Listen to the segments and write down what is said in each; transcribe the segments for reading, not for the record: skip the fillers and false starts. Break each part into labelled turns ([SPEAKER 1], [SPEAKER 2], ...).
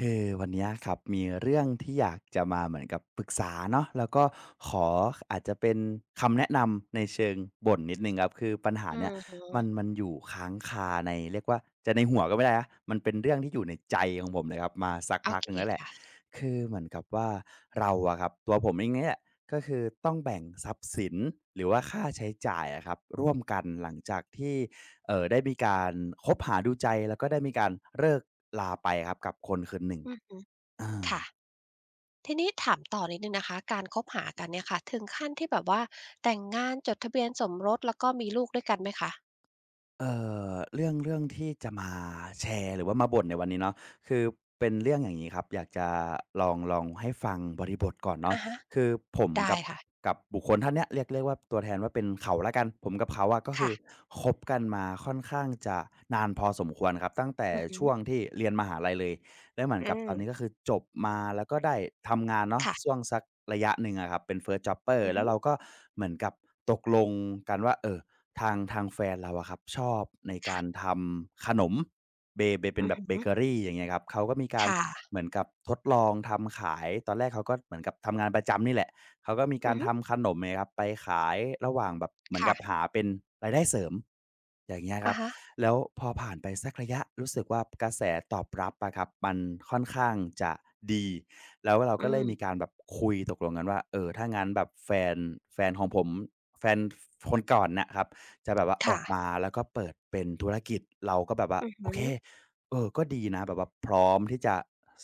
[SPEAKER 1] คือวันเนี้ยครับมีเรื่องที่อยากจะมาเหมือนกับปรึกษาเนาะแล้วก็ขออาจจะเป็นคำแนะนำในเชิงบ่นนิดนึงครับคือปัญหา
[SPEAKER 2] อื
[SPEAKER 1] เนี่
[SPEAKER 2] อ
[SPEAKER 1] ย
[SPEAKER 2] ฮึ
[SPEAKER 1] มันอยู่ค้างคาในเรียกว่าจะในหัวก็ไม่ได้นะมันเป็นเรื่องที่อยู่ในใจของผมเลยครับมาสัก
[SPEAKER 2] โอ
[SPEAKER 1] พัก
[SPEAKER 2] เค
[SPEAKER 1] หนึ่งแล้วแหละ
[SPEAKER 2] ค่ะ
[SPEAKER 1] คือเหมือนกับว่าเราอะครับตัวผมเองเนี่ยก็คือต้องแบ่งทรัพย์สินหรือว่าค่าใช้จ่ายอะครับร่วมกันหลังจากที่ ได้มีการคบหาดูใจแล้วก็ได้มีการเลิกลาไปครับกับคนคนหนึ่ง
[SPEAKER 2] อืม
[SPEAKER 1] อา
[SPEAKER 2] ค่ะทีนี้ถามต่อนิดหนึ่งนะคะการคบหากันเนี่ยค่ะถึงขั้นที่แบบว่าแต่งงานจดทะเบียนสมรสแล้วก็มีลูกด้วยกันไหมคะ
[SPEAKER 1] เอ่เรื่องที่จะมาแชร์หรือว่ามาบ่นในวันนี้เนาะคือเป็นเรื่องอย่างงี้ครับอยากจะลองให้ฟังบริบทก่อนเนาะ
[SPEAKER 2] อะฮะ
[SPEAKER 1] คือผม
[SPEAKER 2] ได้
[SPEAKER 1] กับ
[SPEAKER 2] ค่ะ
[SPEAKER 1] บุคคลท่านเนี้ยเรียกว่าตัวแทนว่าเป็นเขาแล้วกันผมกับเขาอะก็คื
[SPEAKER 2] ค่ะ
[SPEAKER 1] อคบกันมาค่อนข้างจะนานพอสมควรครับตั้งแต่
[SPEAKER 2] อือฮึ
[SPEAKER 1] ช่วงที่เรียนมหาลัยเลยแล้วเหมือน
[SPEAKER 2] อื
[SPEAKER 1] กับต
[SPEAKER 2] ม
[SPEAKER 1] อนนี้ก็คือจบมาแล้วก็ได้ทำงานเนาะช่
[SPEAKER 2] ค่ะ
[SPEAKER 1] วงสักระยะหนึ่งอะครับเป็น First Jobber
[SPEAKER 2] อือ
[SPEAKER 1] แล้
[SPEAKER 2] ฮึ
[SPEAKER 1] วเราก็เหมือนกับตกลงกันว่าทางแฟนเราอะครับชอบในการ
[SPEAKER 2] ค่ะ
[SPEAKER 1] ทำขนมเป็น
[SPEAKER 2] อือ
[SPEAKER 1] แบ
[SPEAKER 2] ฮ
[SPEAKER 1] บเบ
[SPEAKER 2] ึ
[SPEAKER 1] เกอรีอย่างเงี้ยครับเขาก็มีการ
[SPEAKER 2] ค่ะ
[SPEAKER 1] เหมือนกับทดลองทำขายตอนแรกเขาก็เหมือนกับทำงานประจำนี่แหละเขาก็มีกา
[SPEAKER 2] อื
[SPEAKER 1] ร
[SPEAKER 2] อฮึ
[SPEAKER 1] ทำขนมเนี่ยครับไปขายระหว่างแบบเหมือนกับ
[SPEAKER 2] ค่ะ
[SPEAKER 1] หาเป็นรายได้เสริมอย่างเงี้ยค
[SPEAKER 2] อะ
[SPEAKER 1] รับ
[SPEAKER 2] ฮะ
[SPEAKER 1] แล้วพอผ่านไปสักระยะรู้สึกว่ากระแสตอบรับอะครับมันค่อนข้างจะดีแล้วเรา
[SPEAKER 2] อื
[SPEAKER 1] ก็เลยมี
[SPEAKER 2] ม
[SPEAKER 1] การแบบคุยตกลงกันว่าเออถ้างั้นแบบแฟนแฟนของผมแฟนคนก่อนน่ะครับ จะแบบว่าออกมา
[SPEAKER 2] ค่ะ
[SPEAKER 1] แล้วก็เปิดเป็นธุรกิจเราก็แบบว่า
[SPEAKER 2] อือ
[SPEAKER 1] โอ
[SPEAKER 2] ฮึ
[SPEAKER 1] เคเออก็ดีนะแบบว่าพร้อมที่จะ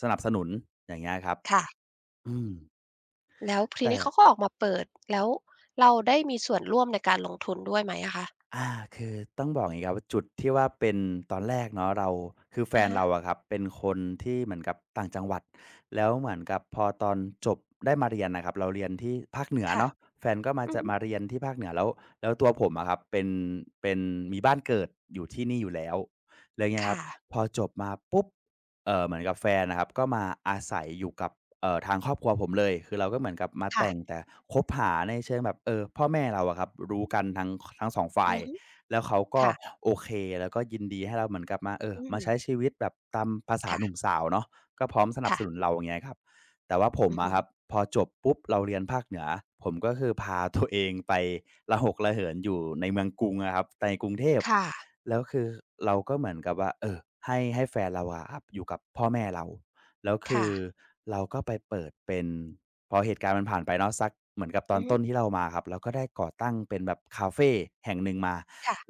[SPEAKER 1] สนับสนุนอย่างเงี้ยครับ
[SPEAKER 2] ค่ะ
[SPEAKER 1] อืม
[SPEAKER 2] แล้วที
[SPEAKER 1] แต่
[SPEAKER 2] นี้เขาก็ออกมาเปิดแล้วเราได้มีส่วนร่วมในการลงทุนด้วยไหมอะคะ
[SPEAKER 1] อาคือต้องบอกอย่างงี้ครับว่าจุดที่ว่าเป็นตอนแรกเนาะเราคือแฟ
[SPEAKER 2] อะ
[SPEAKER 1] น
[SPEAKER 2] ฮะ
[SPEAKER 1] เราอะครับเป็นคนที่เหมือนกับต่างจังหวัดแล้วเหมือนกับพอตอนจบได้มาเรียนน่ะครับเราเรียนที่ภาคเหนือ
[SPEAKER 2] ค่ะ
[SPEAKER 1] เนาะแฟนก็มา
[SPEAKER 2] อือ
[SPEAKER 1] จะ
[SPEAKER 2] ฮึ
[SPEAKER 1] มาเรียนที่ภาคเหนือแล้วแล้วตัวผมอะครับเป็นมีบ้านเกิดอยู่ที่นี่อยู่แล้วแล้วเงี้ยครับ
[SPEAKER 2] ค่ะ
[SPEAKER 1] พอจบมาปุ๊บเหมือนกับแฟนน่ะครับก็มาอาศัยอยู่กับ ทางครอบครัวผมเลยคือเราก็เหมือนกับมาแต่ง
[SPEAKER 2] ค่ะ
[SPEAKER 1] แต่คบหาในเชิงแบบเออพ่อแม่เราอะครับรู้กันทั้ง2ฝ่า
[SPEAKER 2] อื
[SPEAKER 1] ย
[SPEAKER 2] อฮึ
[SPEAKER 1] แล้วเขาก็
[SPEAKER 2] ค่ะ
[SPEAKER 1] โอเคแล้วก็ยินดีให้เราเหมือนกับมาเออ
[SPEAKER 2] อืม
[SPEAKER 1] มาใช้ชีวิตแบบตามภาษาหนุ่ม
[SPEAKER 2] ค่ะ
[SPEAKER 1] สาวเนาะก็พร้อมสนับสนุน
[SPEAKER 2] ค่ะ
[SPEAKER 1] เราอย่างเงี้ยครับแต่ว่าผม
[SPEAKER 2] อือฮึ
[SPEAKER 1] อะครับพอจบปุ๊บเราเรียนภาคเหนือผมก็คือพาตัวเองไประหกระเหินอยู่ในเมืองกรุงอะครับในกรุงเทพ
[SPEAKER 2] ค่ะ
[SPEAKER 1] แล้วคือเราก็เหมือนกับว่าเออให้แฟนเราอะครับอยู่กับพ่อแม่เรา แล้วคื
[SPEAKER 2] ค่ะ
[SPEAKER 1] อเราก็ไปเปิดเป็นพอเหตุการณ์มันผ่านไปเนาะสักเหมือนกับตอ
[SPEAKER 2] อื
[SPEAKER 1] น
[SPEAKER 2] อฮึ
[SPEAKER 1] ต้นที่เรามาครับเราก็ได้ก่อตั้งเป็นแบบคาเฟแห่งหนึ่งมา
[SPEAKER 2] ค่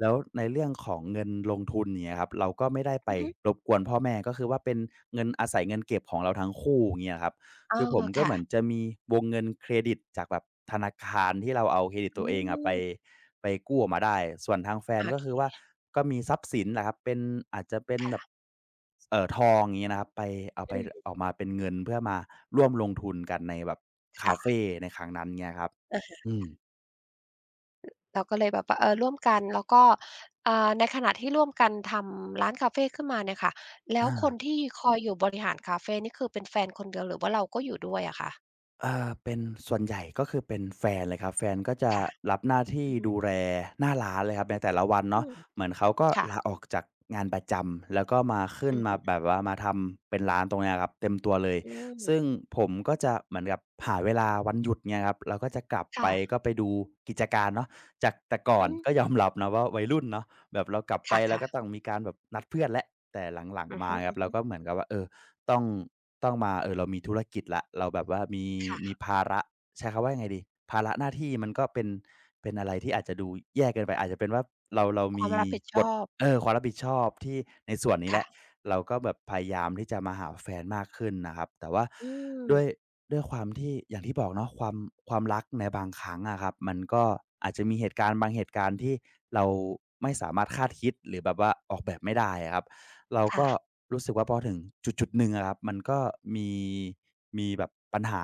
[SPEAKER 1] แล้วในเรื่องของเงินลงทุนเนี่ยครับเราก็ไม่ได้ไป
[SPEAKER 2] อือฮึ
[SPEAKER 1] รบกวนพ่อแม่ก็คือว่าเป็นเงินอาศัยเงินเก็บของเราทั้งคู่อย่างเงี้ยครับ
[SPEAKER 2] อ๋อ
[SPEAKER 1] คือผมก็เห
[SPEAKER 2] ค่ะ
[SPEAKER 1] มือนจะมีวงเงินเครดิตจากแบบธนาคารที่เราเอาเครดิต
[SPEAKER 2] อื
[SPEAKER 1] ตัวเองอะไป
[SPEAKER 2] ม
[SPEAKER 1] กู้ออกมาได้ส่วนทางแฟน
[SPEAKER 2] โอ
[SPEAKER 1] ก็คือ
[SPEAKER 2] เค
[SPEAKER 1] ว่าก็มีทรัพย์สินแหละครับเป็นอาจจะเป็น
[SPEAKER 2] ค่ะ
[SPEAKER 1] แบบทองอย่างงี้นะครับไปเอาไป
[SPEAKER 2] อืม
[SPEAKER 1] ออกมาเป็นเงินเพื่อมาร่วมลงทุนกันในแบบคาเฟ
[SPEAKER 2] ค่ะ
[SPEAKER 1] ในครั้งนั้นเงี้ยครับ
[SPEAKER 2] อะฮะ
[SPEAKER 1] อืม
[SPEAKER 2] เราก็เลยแบบว่าเออร่วมกันแล้วก็ในขณะที่ร่วมกันทำร้านคาเฟขึ้นมาเนี่ยค่ะแล้ว
[SPEAKER 1] อา
[SPEAKER 2] คนที่คอยอยู่บริหารคาเฟนี่คือเป็นแฟนคนเดียวหรือว่าเราก็อยู่ด้วยอะคะ
[SPEAKER 1] เป็นส่วนใหญ่ก็คือเป็นแฟนเลยครับแฟนก็จะ
[SPEAKER 2] ค่ะ
[SPEAKER 1] รับหน้าที่
[SPEAKER 2] อือฮึ
[SPEAKER 1] ดูแลหน้าร้านเลยครับในแต่ละวัน
[SPEAKER 2] อื
[SPEAKER 1] เนาะ
[SPEAKER 2] ม
[SPEAKER 1] เหมือนเขาก็
[SPEAKER 2] ค่ะ
[SPEAKER 1] ลาออกจากงานประจำแล้วก็มาขึ้น
[SPEAKER 2] อือ
[SPEAKER 1] มา
[SPEAKER 2] ฮึ
[SPEAKER 1] แบบว่ามาทำเป็นร้านตรงเนี้ยครับเต็มตัวเลย
[SPEAKER 2] อื
[SPEAKER 1] ซึ่ง
[SPEAKER 2] ม
[SPEAKER 1] ผมก็จะเหมือนกับหาเวลาวันหยุดเนี่ยครับเราก็จะกลับไป
[SPEAKER 2] ค่ะ
[SPEAKER 1] ก็ไปดูกิจการเนาะจากแต่ก่อน
[SPEAKER 2] อืม
[SPEAKER 1] ก็ยอมรับนะว่าวัยรุ่นเนาะแบบเรากลับไปเรา
[SPEAKER 2] ค่ะ
[SPEAKER 1] ก็ต้องมีการแบบนัดเพื่อนแล้วแต่หลัง
[SPEAKER 2] ๆอือ
[SPEAKER 1] ๆมา
[SPEAKER 2] ฮึ
[SPEAKER 1] ครั
[SPEAKER 2] อื
[SPEAKER 1] บเรา
[SPEAKER 2] อ
[SPEAKER 1] ก็เหมือนกับว่าเออ ต้องต้องมาเรามีธุรกิจแล้วเราแบบว่ามีมี
[SPEAKER 2] ค่ะ
[SPEAKER 1] ภาระใช้คำว่ายังไงดีภาระหน้าที่มันก็เป็นเป็นอะไรที่อาจจะดูแย่เกินไปอาจจะเป็นว่าเราเรา
[SPEAKER 2] ควา
[SPEAKER 1] มี
[SPEAKER 2] มรับผิดช
[SPEAKER 1] บท
[SPEAKER 2] อบ
[SPEAKER 1] ความรับผิดชอบที่ในส่วนนี้แห
[SPEAKER 2] ค่ะ
[SPEAKER 1] ละเราก็แบบพยายามที่จะมาหาแฟนมากขึ้นนะครับแต่ว่า
[SPEAKER 2] อื
[SPEAKER 1] ด้วย
[SPEAKER 2] ม
[SPEAKER 1] ด้วยความที่อย่างที่บอกเนาะความความรักในบางครั้งอะครับมันก็อาจจะมีเหตุการณ์บางเหตุการณ์ที่เราไม่สามารถคาดคิดหรือแบบว่าออกแบบไม่ได้อะครับ เรา
[SPEAKER 2] ค่ะ
[SPEAKER 1] ก็รู้สึกว่าพอถึงจุดๆหนึ่งอะครับมันก็มีมีแบบปัญหา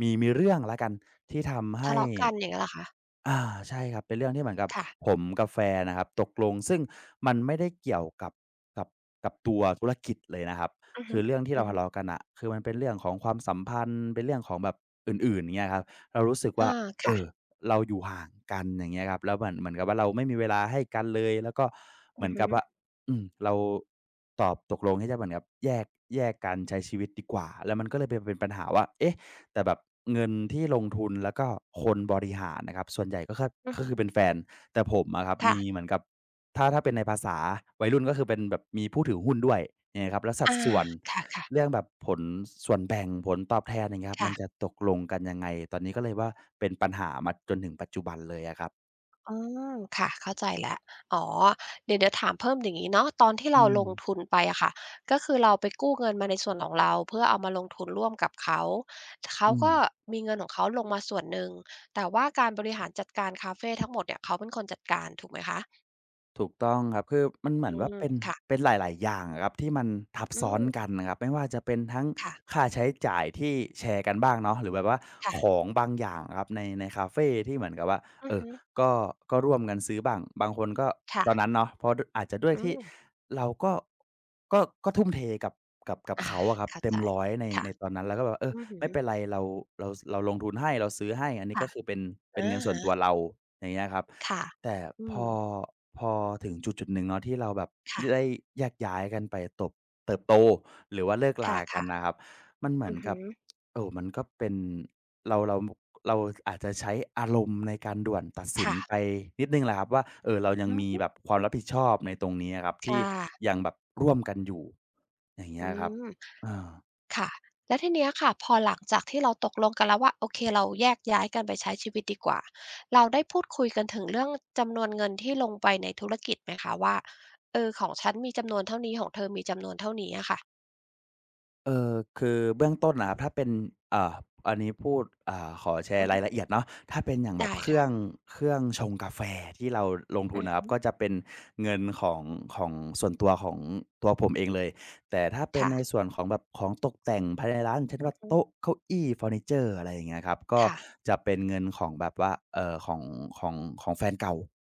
[SPEAKER 1] มีมีเรื่องแล้วกันที่ทำ
[SPEAKER 2] ทะ
[SPEAKER 1] ให้
[SPEAKER 2] เลาะกันอย่างเงี้ยเหรอคะ
[SPEAKER 1] อาใช่ครับเป็นเรื่องที่เหมือนกับ
[SPEAKER 2] ค่ะ
[SPEAKER 1] ผมกับแฟนนะครับตกลงซึ่งมันไม่ได้เกี่ยวกับกับกับตัวธุรกิจเลยนะครับ
[SPEAKER 2] อือ
[SPEAKER 1] คื
[SPEAKER 2] ฮึ
[SPEAKER 1] อเรื่องที่
[SPEAKER 2] อื
[SPEAKER 1] เรา
[SPEAKER 2] อ
[SPEAKER 1] ทะ
[SPEAKER 2] ฮึ
[SPEAKER 1] เลาะกันน่ะคือมันเป็นเรื่องของความสัมพันธ์เป็นเรื่องของแบบอื่นๆอย่างเงี้ยครับเรารู้สึกว่า
[SPEAKER 2] อาค่ะ
[SPEAKER 1] เอ่อเราอยู่ห่างกันอย่างเงี้ยครับแล้วเหมือนเหมือนกับว่าเราไม่มีเวลาให้กันเลยแล้วก็เห
[SPEAKER 2] อื
[SPEAKER 1] มือ
[SPEAKER 2] อ
[SPEAKER 1] น
[SPEAKER 2] ฮึ
[SPEAKER 1] กับว่าเราตอบตกลงที่จะเหมือนกับแยกแยกกันใช้ชีวิตดีกว่าแล้วมันก็เลยไปเป็นปัญหาว่าเอ๊ะ แต่แบบเงินที่ลงทุนแล้วก็คนบริหารนะครับส่วนใหญ่ก็แค่
[SPEAKER 2] อื
[SPEAKER 1] ก็คื
[SPEAKER 2] อ
[SPEAKER 1] อเป็นแฟนแต่ผมอะครับมี
[SPEAKER 2] ค่ะ
[SPEAKER 1] เหมือนกับถ้าถ้าเป็นในภาษาวัยรุ่นก็คือเป็นแบบมีผู้ถือหุ้นด้วยอย่างเงี้ยครับแล้วสัด
[SPEAKER 2] อา
[SPEAKER 1] ส่วน
[SPEAKER 2] ค่ะ
[SPEAKER 1] เรื่องแบบผลส่วนแบ่งผลตอบแทนอย่างเงี้ยครั
[SPEAKER 2] ๆ
[SPEAKER 1] บมั
[SPEAKER 2] ค่ะ
[SPEAKER 1] นจะตกลงกันยังไงตอนนี้ก็เลยว่าเป็นปัญหามาจนถึงปัจจุบันเลยอะครับ
[SPEAKER 2] อืมค่ะเข้าใจแล้วอ๋อเดี๋ยวเดี๋ยวถามเพิ่มอย่างงี้เนาะตอนที่
[SPEAKER 1] อื
[SPEAKER 2] เรา
[SPEAKER 1] ม
[SPEAKER 2] ลงทุนไปอะค่ะก็คือเราไปกู้เงินมาในส่วนของเราเพื่อเอามาลงทุนร่วมกับเขาเขา
[SPEAKER 1] อืม
[SPEAKER 2] ก็มีเงินของเขาลงมาส่วนหนึ่งแต่ว่าการบริหารจัดการคาเฟทั้งหมดเนี่ยเขาเป็นคนจัดการถูกไหมคะ
[SPEAKER 1] ถูกต้องครับคือมันเหมือ
[SPEAKER 2] อื
[SPEAKER 1] นว่า
[SPEAKER 2] ม
[SPEAKER 1] เป็น
[SPEAKER 2] ค่ะ
[SPEAKER 1] เป็นหลายๆอย่างอะครับที่มันทับ
[SPEAKER 2] อื
[SPEAKER 1] ซ้อน
[SPEAKER 2] ม
[SPEAKER 1] กันนะครับไม่ว่าจะเป็นทั้ง
[SPEAKER 2] ค่ะ
[SPEAKER 1] ค่าใช้จ่ายที่แชร์กันบ้างเนาะหรือแบบว่าข
[SPEAKER 2] ค่ะ
[SPEAKER 1] องบางอย่างอะครับในในคาเฟที่เหมือนกับว่า
[SPEAKER 2] อือ
[SPEAKER 1] เอ่อ
[SPEAKER 2] ฮึ
[SPEAKER 1] ก็ก็ร่วมกันซื้อบ้างบางคนก็ตอน
[SPEAKER 2] ค่ะ
[SPEAKER 1] นั้นเนาะเพราะดอาจจะด้วย
[SPEAKER 2] อื
[SPEAKER 1] ที่
[SPEAKER 2] ม
[SPEAKER 1] เราก็ก็ก็ทุ่มเทกับกับกับ
[SPEAKER 2] อา
[SPEAKER 1] เขาอะครับ
[SPEAKER 2] เข้า
[SPEAKER 1] เต็ม
[SPEAKER 2] ใจ
[SPEAKER 1] ร้อยใน
[SPEAKER 2] ค่ะ
[SPEAKER 1] ในตอนนั้นเราก็แบบ
[SPEAKER 2] อือฮึ
[SPEAKER 1] ไม่เป็นไรเราเราสเราลงทุนให้เราซื้อให้อันนี้
[SPEAKER 2] ค่ะ
[SPEAKER 1] ก็คือเป็นเป็น
[SPEAKER 2] อะ
[SPEAKER 1] เงินส่วน
[SPEAKER 2] ฮะ
[SPEAKER 1] ตัวเราอย่างเงี้ยครับ
[SPEAKER 2] ค่ะ
[SPEAKER 1] แต่
[SPEAKER 2] อื
[SPEAKER 1] พ
[SPEAKER 2] ม
[SPEAKER 1] อพอถึงจุดๆหนึ่งเนาะที่เราแบบได้
[SPEAKER 2] ค่ะ
[SPEAKER 1] แยกย้ายกันไปตบเติบโตหรือว่าเลิก
[SPEAKER 2] ค
[SPEAKER 1] ลากัน
[SPEAKER 2] ่ะ
[SPEAKER 1] นะครับมันเห
[SPEAKER 2] ๆ
[SPEAKER 1] มือน
[SPEAKER 2] อือ
[SPEAKER 1] กั
[SPEAKER 2] ฮึ
[SPEAKER 1] บมันก็เป็นเราเราเราอาจจะใช้อารมณ์ในการด่วนตัดสิน
[SPEAKER 2] ค่ะ
[SPEAKER 1] ไปนิดหนึ่งแหละครับว่าเรายัง
[SPEAKER 2] อื
[SPEAKER 1] มี
[SPEAKER 2] อึ
[SPEAKER 1] แบบความรับผิดชอบในตรงนี้อะครับที่
[SPEAKER 2] ค่ะ
[SPEAKER 1] ยังแบบร่วมกันอยู่อย่างเงี้
[SPEAKER 2] อื
[SPEAKER 1] ยครับ
[SPEAKER 2] ม
[SPEAKER 1] เออ
[SPEAKER 2] ค่ะแล้วทีเนี้ยค่ะ พอหลังจากที่เราตกลงกันแล้วว่าโอเคเราแยกย้ายกันไปใช้ชีวิตดีกว่า เราได้พูดคุยกันถึงเรื่องจำนวนเงินที่ลงไปในธุรกิจไหมคะว่าเออของฉันมีจำนวนเท่านี้ของเธอมีจำนวนเท่านี้อะค่ะ
[SPEAKER 1] เออคือเบื้องต้นนะครับถ้าเป็นอ่าอันนี้พูดขอแช
[SPEAKER 2] อื
[SPEAKER 1] ร์
[SPEAKER 2] อ
[SPEAKER 1] รา
[SPEAKER 2] ฮึ
[SPEAKER 1] ยละเอียดเนาะถ้าเป็นอย่างแบบ
[SPEAKER 2] ได้
[SPEAKER 1] เค
[SPEAKER 2] ค่ะ
[SPEAKER 1] รื่องเครื่องชงกาแฟที่เราลงทุ
[SPEAKER 2] อื
[SPEAKER 1] น
[SPEAKER 2] อ
[SPEAKER 1] นะครับ
[SPEAKER 2] ฮึ
[SPEAKER 1] ก็จะเป็นเงินของของส่วนตัวของตัวผมเองเลยแต่ถ้าเป็น
[SPEAKER 2] ค่ะ
[SPEAKER 1] ในส่วนของแบบของตกแต่งภายในร้านเช่น
[SPEAKER 2] อื
[SPEAKER 1] ว่า
[SPEAKER 2] อฮึ
[SPEAKER 1] โต๊ะเก้าอี้เฟอร์นิเจอร์อะไรอย่างเงี้ยครับก็
[SPEAKER 2] ค่ะ
[SPEAKER 1] จะเป็นเงินของแบบว่าของของของแฟนเก่า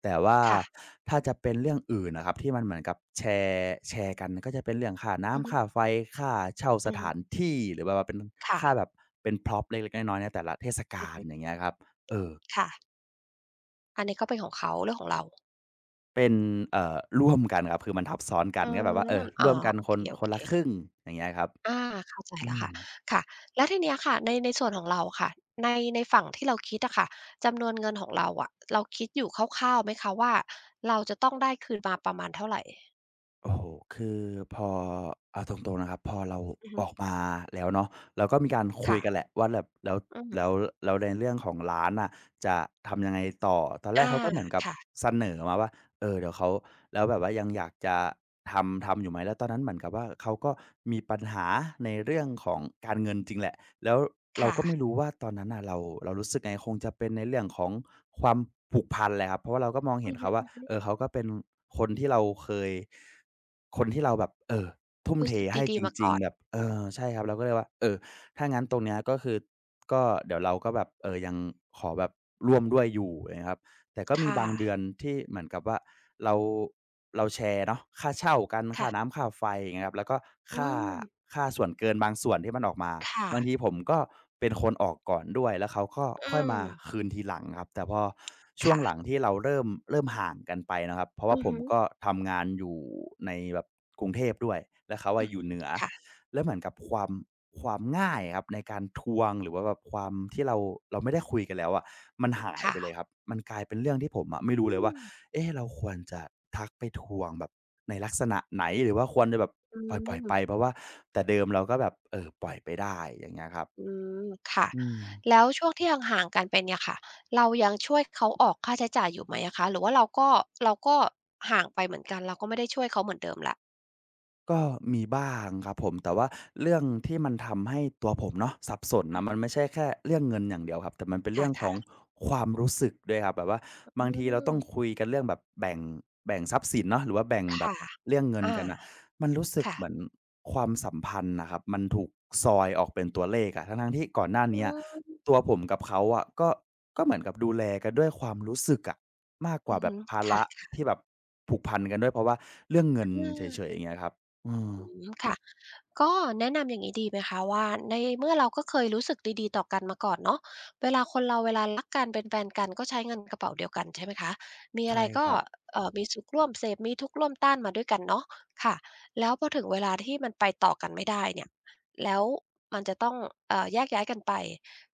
[SPEAKER 1] แต่ว่า
[SPEAKER 2] ค่ะ
[SPEAKER 1] ถ้าจะเป็นเรื่องอื่นน่ะครับที่มันเหมือนกับแชร์แชร์กันก็จะเป็นเรื่องค่า
[SPEAKER 2] อือ
[SPEAKER 1] น้ำ
[SPEAKER 2] ฮึ
[SPEAKER 1] ค่าไฟค่าเช่าส
[SPEAKER 2] อือฮึ
[SPEAKER 1] ถานที่หรือแบบว่าเป็น
[SPEAKER 2] ค่ะ
[SPEAKER 1] ค่าแบบเป็น Prop เล็กๆน้อยๆในแต่ละเทศ
[SPEAKER 2] อื
[SPEAKER 1] กา
[SPEAKER 2] อ
[SPEAKER 1] ล
[SPEAKER 2] ฮึ
[SPEAKER 1] อย่างเงี้ยครับเออ
[SPEAKER 2] ค่ะอันนี้ก็เป็นของเขาเรื่องของเรา
[SPEAKER 1] เป็นร่วมกันครับคือมันทับซ้อนกั
[SPEAKER 2] อื
[SPEAKER 1] นก็แบบว่า
[SPEAKER 2] มอ๋อ
[SPEAKER 1] ร่วมกัน
[SPEAKER 2] โอ
[SPEAKER 1] ค
[SPEAKER 2] เ
[SPEAKER 1] นคน
[SPEAKER 2] ค
[SPEAKER 1] ละครึ่
[SPEAKER 2] ๆ
[SPEAKER 1] งอย่างเงี้ยครับ
[SPEAKER 2] อาเข้าใจ
[SPEAKER 1] อื
[SPEAKER 2] แล้ว
[SPEAKER 1] ม
[SPEAKER 2] ค่ะค่ะแล้วทีเนี้ยค่ะในส่วนของเราค่ะในฝั่งที่เราคิดอะค่ะจำนวนเงินของเราอะเราคิดอยู่คร่าวๆไหมคะว่าเราจะต้องได้คืนมาประมาณเท่าไร
[SPEAKER 1] โอ้โหคือพอเอาตรงๆนะครับพอเรา
[SPEAKER 2] อือฮึ
[SPEAKER 1] ออกมาแล้วเนาะเราก็มีการคุย
[SPEAKER 2] ค่ะ
[SPEAKER 1] กันแหละว่าแบบแล้ว
[SPEAKER 2] อื
[SPEAKER 1] แล้ว
[SPEAKER 2] ม
[SPEAKER 1] แล้วในเรื่องของร้านน่ะจะทำยังไงต่อตอนแร
[SPEAKER 2] อา
[SPEAKER 1] กเขาก็เหมือนกับ
[SPEAKER 2] ค่ะ
[SPEAKER 1] เสนอมาว่าเดี๋ยวเขาแล้วแบบว่ายังอยากจะทำทำอยู่ไหมแล้วตอนนั้นเหมือนกับว่าเขาก็มีปัญหาในเรื่องของการเงินจริงแหละแล้วเราก็ไม่
[SPEAKER 2] ค่ะ
[SPEAKER 1] รู้ว่าตอนนั้นน่ะเราเรารู้สึกไงคงจะเป็นในเรื่องของความผูกพันแหละครับเพราะว่าเราก็มอง
[SPEAKER 2] อื
[SPEAKER 1] เห็น
[SPEAKER 2] อฮ
[SPEAKER 1] เขาว่า
[SPEAKER 2] ึ
[SPEAKER 1] เขาก็เป็นคนที่เราเคย คนที่เราแบบทุ่ม
[SPEAKER 2] รู้
[SPEAKER 1] เท
[SPEAKER 2] สึก
[SPEAKER 1] ให้
[SPEAKER 2] ดี
[SPEAKER 1] จ
[SPEAKER 2] ๆมา
[SPEAKER 1] ริง
[SPEAKER 2] ก่อน
[SPEAKER 1] ๆแบบใช่ครับเราก็เลยว่าถ้างั้นตรงเนี้ยก็คือก็เดี๋ยวเราก็แบบยังขอแบบร่วมด้วยอยู่อย่างเงี้ยครับ แต่ก็มี
[SPEAKER 2] ค่ะ
[SPEAKER 1] บางเดือนที่เหมือนกับว่าเราเราแชร์เนาะค่าเช่ากันค่า
[SPEAKER 2] ค่ะ
[SPEAKER 1] น้ำค่าไฟอย่างเงี้ยครับแล้วก็
[SPEAKER 2] อื
[SPEAKER 1] ค่า
[SPEAKER 2] ม
[SPEAKER 1] ค่าส่วนเกินบางส่วนที่มันออกมา
[SPEAKER 2] ค่ะ
[SPEAKER 1] บางทีผมก็เป็นคนออกก่อนด้วยแล้วเขาก็
[SPEAKER 2] อื
[SPEAKER 1] ค่อยมา
[SPEAKER 2] ม
[SPEAKER 1] คืนทีหลังครับแต่พอช่วงหลัง
[SPEAKER 2] ค่ะ
[SPEAKER 1] ที่เราเริ่มห่างกันไปนะครับเพราะว่า
[SPEAKER 2] อือ
[SPEAKER 1] ผม
[SPEAKER 2] ฮึ
[SPEAKER 1] ก็ทำงานอยู่ในแบบกรุงเทพด้วยแล้วเขา
[SPEAKER 2] อื
[SPEAKER 1] อะ
[SPEAKER 2] อ
[SPEAKER 1] อยู่
[SPEAKER 2] ฮึ
[SPEAKER 1] เหนือ
[SPEAKER 2] ค่ะ
[SPEAKER 1] แล้วเหมือนกับความความง่ายอะครับในการทวงหรือว่าแบบความที่เราไม่ได้คุยกันแล้วอะมันหายไปเลยครั
[SPEAKER 2] ค่ะ
[SPEAKER 1] บมันกลายเป็นเรื่องที่ผมอะไม่
[SPEAKER 2] อื
[SPEAKER 1] รู้เลยว่า
[SPEAKER 2] ม
[SPEAKER 1] เอ๊ะเราควรจะทักไปทวงแบบในลักษณะไหนหรือว่าควรจะแบบ
[SPEAKER 2] อื
[SPEAKER 1] ปล่อยๆไป
[SPEAKER 2] ม
[SPEAKER 1] เพราะว่าแต่เดิมเราก็แบบปล่อยไปได้อย่างเงี้ยครับ
[SPEAKER 2] อืมค่ะ
[SPEAKER 1] อืม
[SPEAKER 2] แล้วช่วงที่ห่างๆกันไปเนี่ยค่ะเรายังช่วยเขาออกค่าใช้จ่ายอยู่ไหมอะคะหรือว่าเราก็เราก็ห่างไปเหมือนกันเราก็ไม่ได้ช่วยเขาเหมือนเดิมแล้ว
[SPEAKER 1] ก็มีบ้างครับผมแต่ว่าเรื่องที่มันทำให้ตัวผมเนาะสับสน
[SPEAKER 2] อือ
[SPEAKER 1] นะมั
[SPEAKER 2] ฮึ
[SPEAKER 1] นไม่ใช่แค่เรื่องเงินอย่างเดียวครับแต่มันเป็นเรื่องขอ
[SPEAKER 2] ค่ะ
[SPEAKER 1] งความรู้สึกด้วยครับแบบว่า
[SPEAKER 2] ๆอื
[SPEAKER 1] บางทีเราต้อง
[SPEAKER 2] ม
[SPEAKER 1] คุยกันเรื่องแบบแบ่งทรัพย์สินเนาะหรือว่าแบ่งแบบ
[SPEAKER 2] ค่ะ
[SPEAKER 1] เรื่องเงิน
[SPEAKER 2] อา
[SPEAKER 1] กันน่ะมันรู้สึก
[SPEAKER 2] ค่ะ
[SPEAKER 1] เหมือนความสัมพันธ์น่ะครับมันถูกซอยออกเป็นตัวเลขอะทั้งๆที่ก่อนหน้า
[SPEAKER 2] อื
[SPEAKER 1] เนี้ย
[SPEAKER 2] ม
[SPEAKER 1] ตัวผมกับเขาอะก็เหมือนกับดูแลกันด้วยความรู้สึกอะมากก
[SPEAKER 2] อื
[SPEAKER 1] ว่า
[SPEAKER 2] อ
[SPEAKER 1] แบ
[SPEAKER 2] ฮึ
[SPEAKER 1] บภา
[SPEAKER 2] ค่ะ
[SPEAKER 1] ระที่แบบผูกพันกันด้วยเพราะว่าเรื่องเงิน
[SPEAKER 2] เอ
[SPEAKER 1] เฉยๆอ
[SPEAKER 2] อ
[SPEAKER 1] ย่างเงี้ยครับ เออ
[SPEAKER 2] อืมค่ะก็แนะนำอย่างนี้ดีไหมคะว่าในเมื่อเราก็เคยรู้สึกดีๆต่อกันมาก่อนเนาะเวลาคนเราเวลารักกันเป็นแฟนกันก็ใช้เงินกระเป๋าเดียวกันใช่ไหมคะมีอะ
[SPEAKER 1] ใช่
[SPEAKER 2] ไรก็
[SPEAKER 1] ครับ
[SPEAKER 2] มีสุขร่วมเสพมีทุกข์ร่วมต้านมาด้วยกันเนาะค่ะแล้วพอถึงเวลาที่มันไปต่อกันไม่ได้เนี่ยแล้วมันจะต้องแยกย้ายกันไป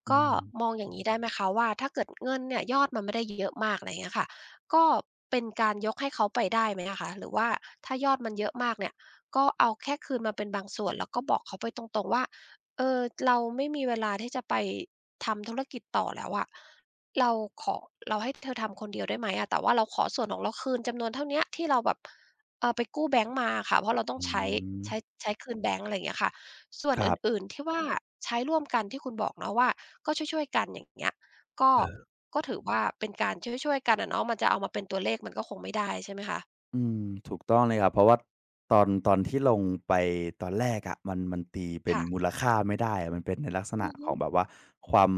[SPEAKER 1] อื
[SPEAKER 2] ก็
[SPEAKER 1] ม
[SPEAKER 2] มองอย่างนี้ได้ไหมคะว่าถ้าเกิดเงินเนี่ยยอดมันไม่ได้เยอะมากอะไรอย่างเงี้ยค่ะก็เป็นการยกให้เขาไปได้ไหมอะคะหรือว่าถ้ายอดมันเยอะมากเนี่ย ก็เอาแค่คืนมาเป็นบางส่วนแล้วก็บอกเขาไปตรงๆว่าเออเราไม่มีเวลาที่จะไปทำธุรกิจต่อแล้วอะเราขอเราให้เธอทำคนเดียวได้ไหมอะแต่ว่าเราขอส่วนของเราคืนจำนวนเท่าเนี้ยที่เราแบบไปกู้แบงก์มาอะค่ะเพราะเราต้อง
[SPEAKER 1] อื
[SPEAKER 2] ใช้
[SPEAKER 1] ม
[SPEAKER 2] ใช้ใช้คืนแบงก์อะไรอย่างเงี้ยค่ะส่วน
[SPEAKER 1] ค
[SPEAKER 2] อ
[SPEAKER 1] รั
[SPEAKER 2] ื่
[SPEAKER 1] บ
[SPEAKER 2] นๆที่ว่าใช้ร่วมกันที่คุณบอกเนาะว่าก็ช่วยๆกันอย่างเงี้ยก็ถือว่าเป็นการช่วยๆกันอะเนาะมันจะเอามาเป็นตัวเลขมันก็คงไม่ได้ใช่ไหมคะ
[SPEAKER 1] อืมถูกต้องเลยครับเพราะว่าตอนที่ลงไปตอนแรกอะมันตีเป็นมู
[SPEAKER 2] ค่ะ
[SPEAKER 1] ลค่าไม่ได้อะมันเป็นในลักษณะ
[SPEAKER 2] อือ
[SPEAKER 1] ข
[SPEAKER 2] ฮึ
[SPEAKER 1] องแบบว่าความ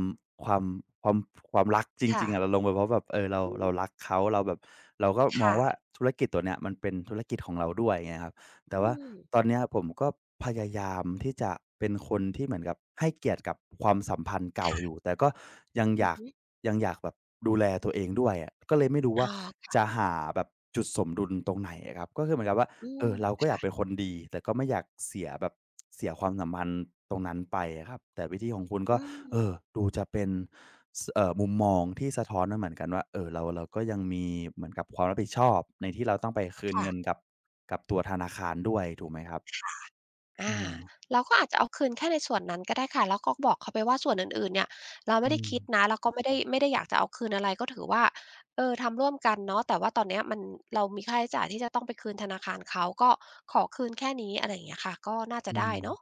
[SPEAKER 1] ความความความรักจริ
[SPEAKER 2] ค่ะ
[SPEAKER 1] งๆอะเราลงไปเพราะแบบเรา
[SPEAKER 2] อืม
[SPEAKER 1] รักเขาเราแบบเราก็มอง
[SPEAKER 2] ค่ะ
[SPEAKER 1] ว่าธุรกิจตัวเนี้ยมันเป็นธุรกิจของเราด้วยเงี้ยครับ แต่
[SPEAKER 2] อื
[SPEAKER 1] ว่า
[SPEAKER 2] ม
[SPEAKER 1] ตอนเนี้ยผมก็พยายามที่จะเป็นคนที่เหมือนกับให้เกียรติกับความสัมพันธ์เก่าอ
[SPEAKER 2] ค่ะ
[SPEAKER 1] ยู่แต่ก็ยังอ
[SPEAKER 2] อือ
[SPEAKER 1] ยาก
[SPEAKER 2] ฮึ
[SPEAKER 1] แบบดูแลตัวเองด้วยอะก็เลยไม่รู้ว่า
[SPEAKER 2] อ๋อ
[SPEAKER 1] จะหาแบบจุดสมดุลตรงไหนอะครับก็คือเหมือนกับว่า
[SPEAKER 2] อื
[SPEAKER 1] เออเราก็
[SPEAKER 2] ม
[SPEAKER 1] อยากเป็นคนดีแต่ก็ไม่อยากเสียแบบเสียความสัมพันธ์ตรงนั้นไปอะครับแต่วิธีของคุณก็
[SPEAKER 2] อืม
[SPEAKER 1] เออดูจะเป็น สเอ่อมุมมองที่สะท้อนมาเหมือนกันว่าเราก็ยังมีเหมือนกับความรับผิดชอบในที่เราต้องไปคืน
[SPEAKER 2] ค่ะ
[SPEAKER 1] เงินกับกับตัวธนาคารด้วยถูกไหมครับเอ
[SPEAKER 2] อา
[SPEAKER 1] อ
[SPEAKER 2] เราก็อาจจะเอาคืนแค่ในส่วนนั้นก็ได้ค่ะแล้วก็บอกเขาไปว่าส่วนอื่นๆเนี่ยเรา
[SPEAKER 1] อื
[SPEAKER 2] ไม่ได้คิด
[SPEAKER 1] ม
[SPEAKER 2] นะแล้วก็ไม่ได้อยากจะเอาคืนอะไรก็ถือว่าเออทำร่วมกันเนาะแต่ว่าตอนเนี้ยมันเรามีค่าใช้จ่ายที่จะต้องไปคืนธนาคารเขาก็ขอคืนแค่นี้อะไรอย่างเงี้ยค่ะก็น่าจะ
[SPEAKER 1] อื
[SPEAKER 2] ได้
[SPEAKER 1] ม
[SPEAKER 2] เนาะ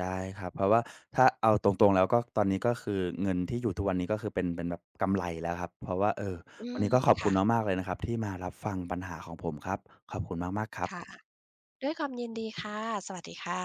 [SPEAKER 1] ได้ครับเพราะว่าถ้าเอาตรงๆแล้วก็ตอนนี้ก็คือเงินที่อยู่ทุกวันนี้ก็คือเป็นแบบกำไรแล้วครับเพราะว่า
[SPEAKER 2] อื
[SPEAKER 1] วัน
[SPEAKER 2] ม
[SPEAKER 1] นี้ก็ขอบคุ
[SPEAKER 2] ค่ะ
[SPEAKER 1] ณมากๆเลยนะครับที่มารับฟังปัญหาของผมครับขอบคุณมากๆครับ
[SPEAKER 2] ค่ะด้วยความยินดีค่ะสวัสดีค่ะ